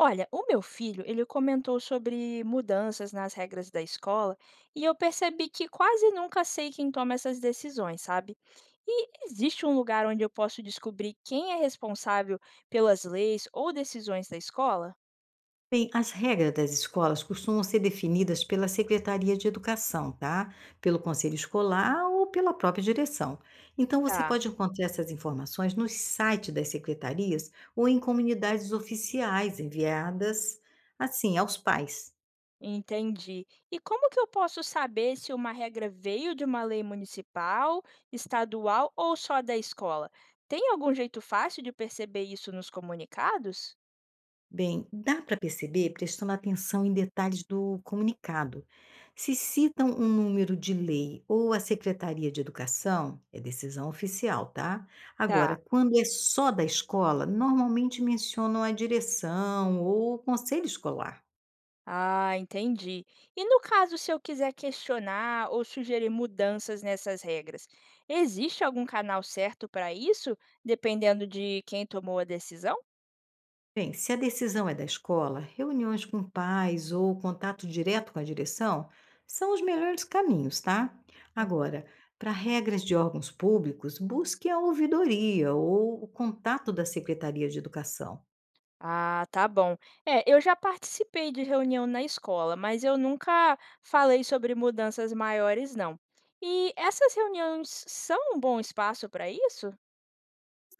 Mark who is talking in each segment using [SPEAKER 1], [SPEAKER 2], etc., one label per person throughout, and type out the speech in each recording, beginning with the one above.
[SPEAKER 1] Olha, o meu filho, ele comentou sobre mudanças nas regras da escola e eu percebi que quase nunca sei quem toma essas decisões, sabe? E existe um lugar onde eu posso descobrir quem é responsável pelas leis ou decisões da escola?
[SPEAKER 2] Bem, as regras das escolas costumam ser definidas pela Secretaria de Educação, tá? Pelo Conselho Escolar ou pela própria direção. Então, você
[SPEAKER 1] Tá,
[SPEAKER 2] pode encontrar essas informações nos sites das secretarias ou em comunidades oficiais enviadas, assim, aos pais.
[SPEAKER 1] entendi. E como que eu posso saber se uma regra veio de uma lei municipal, estadual ou só da escola? Tem algum jeito fácil de perceber isso nos comunicados?
[SPEAKER 2] Bem, dá para perceber prestando atenção em detalhes do comunicado. Se citam um número de lei ou a Secretaria de Educação, é decisão oficial, tá? Agora,
[SPEAKER 1] Tá.
[SPEAKER 2] quando é só da escola, normalmente mencionam a direção ou o conselho escolar.
[SPEAKER 1] Ah, entendi. E no caso, se eu quiser questionar ou sugerir mudanças nessas regras, existe algum canal certo para isso, dependendo de quem tomou a decisão?
[SPEAKER 2] Bem, se a decisão é da escola, reuniões com pais ou contato direto com a direção são os melhores caminhos, tá? Agora, para regras de órgãos públicos, busque a ouvidoria ou o contato da Secretaria de Educação.
[SPEAKER 1] Ah, tá bom. É, eu já participei de reunião na escola, mas eu nunca falei sobre mudanças maiores, não. E essas reuniões são um bom espaço para isso?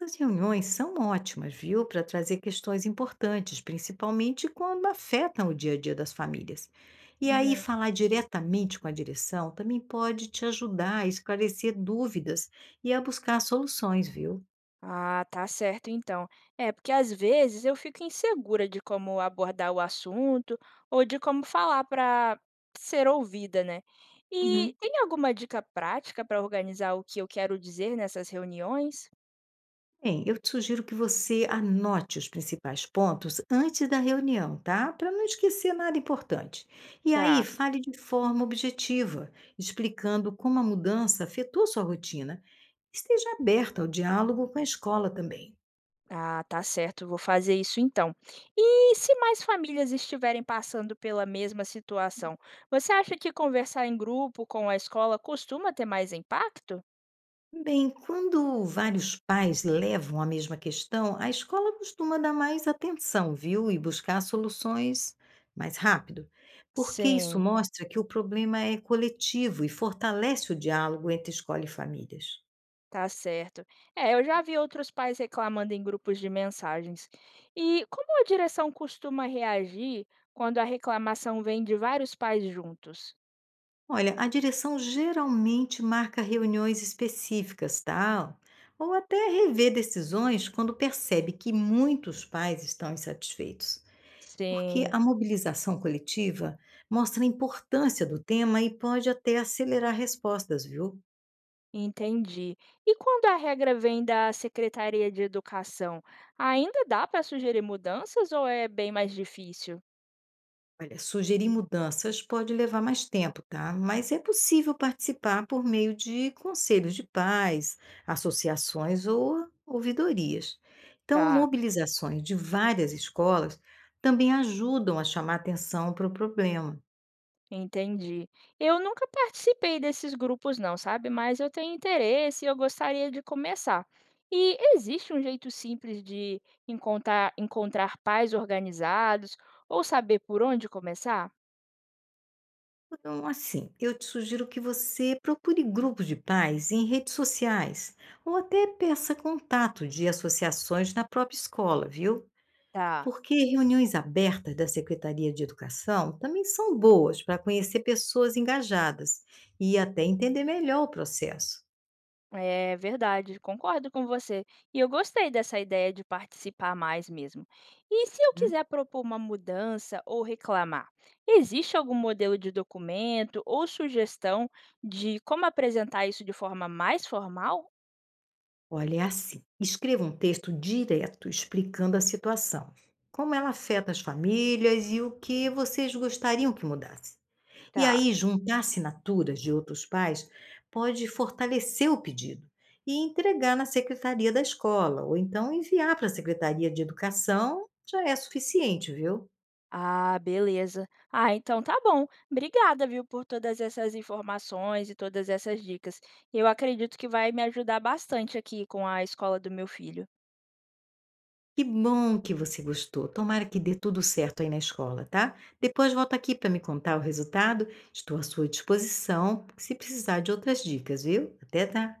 [SPEAKER 2] As reuniões são ótimas, viu, para trazer questões importantes, principalmente quando afetam o dia a dia das famílias. E aí,
[SPEAKER 1] Uhum.
[SPEAKER 2] falar diretamente com a direção também pode te ajudar a esclarecer dúvidas e a buscar soluções, viu?
[SPEAKER 1] Ah, tá certo então. É, porque às vezes eu fico insegura de como abordar o assunto ou de como falar para ser ouvida, né? E
[SPEAKER 2] Uhum.
[SPEAKER 1] tem alguma dica prática para organizar o que eu quero dizer nessas reuniões?
[SPEAKER 2] Bem, eu te sugiro que você anote os principais pontos antes da reunião, tá? Para não esquecer nada importante. E aí,
[SPEAKER 1] Tá.
[SPEAKER 2] fale de forma objetiva, explicando como a mudança afetou sua rotina. Esteja aberta ao diálogo com a escola também.
[SPEAKER 1] Ah, tá certo, vou fazer isso então. E se mais famílias estiverem passando pela mesma situação, você acha que conversar em grupo com a escola costuma ter mais impacto?
[SPEAKER 2] Bem, quando vários pais levam a mesma questão, a escola costuma dar mais atenção, viu? E buscar soluções mais rápido, porque isso
[SPEAKER 1] Sim.
[SPEAKER 2] mostra que o problema é coletivo e fortalece o diálogo entre escola e famílias.
[SPEAKER 1] Tá certo. É, eu já vi outros pais reclamando em grupos de mensagens. E como a direção costuma reagir quando a reclamação vem de vários pais juntos?
[SPEAKER 2] Olha, a direção geralmente marca reuniões específicas, tá? Ou até rever decisões quando percebe que muitos pais estão insatisfeitos. Porque
[SPEAKER 1] Sim,
[SPEAKER 2] a mobilização coletiva mostra a importância do tema e pode até acelerar respostas, viu?
[SPEAKER 1] entendi. E quando a regra vem da Secretaria de Educação, ainda dá para sugerir mudanças ou é bem mais difícil?
[SPEAKER 2] Olha, sugerir mudanças pode levar mais tempo, tá? Mas é possível participar por meio de conselhos de paz, associações ou ouvidorias. Então,
[SPEAKER 1] Tá.
[SPEAKER 2] mobilizações de várias escolas também ajudam a chamar atenção para o problema.
[SPEAKER 1] Entendi. Eu nunca participei desses grupos não, sabe, mas eu tenho interesse e eu gostaria de começar. E existe um jeito simples de encontrar pais organizados ou saber por onde começar?
[SPEAKER 2] Então, assim, eu te sugiro que você procure grupos de pais em redes sociais ou até peça contato de associações na própria escola, viu?
[SPEAKER 1] Tá.
[SPEAKER 2] Porque reuniões abertas da Secretaria de Educação também são boas para conhecer pessoas engajadas e até entender melhor o processo.
[SPEAKER 1] É verdade, concordo com você. E eu gostei dessa ideia de participar mais mesmo. E se eu
[SPEAKER 2] Hum?
[SPEAKER 1] quiser propor uma mudança ou reclamar, existe algum modelo de documento ou sugestão de como apresentar isso de forma mais formal?
[SPEAKER 2] Olha, é assim, escreva um texto direto explicando a situação, como ela afeta as famílias e o que vocês gostariam que mudasse. E
[SPEAKER 1] Tá.
[SPEAKER 2] aí, juntar assinaturas de outros pais pode fortalecer o pedido e entregar na secretaria da escola, ou então enviar para a Secretaria de Educação, já é suficiente, viu?
[SPEAKER 1] Ah, beleza. Ah, então tá bom. Obrigada, viu, por todas essas informações e todas essas dicas. Eu acredito que vai me ajudar bastante aqui com a escola do meu filho.
[SPEAKER 2] Que bom que você gostou. Tomara que dê tudo certo aí na escola, tá? Depois volta aqui para me contar o resultado. Estou à sua disposição se precisar de outras dicas, viu? Até tá.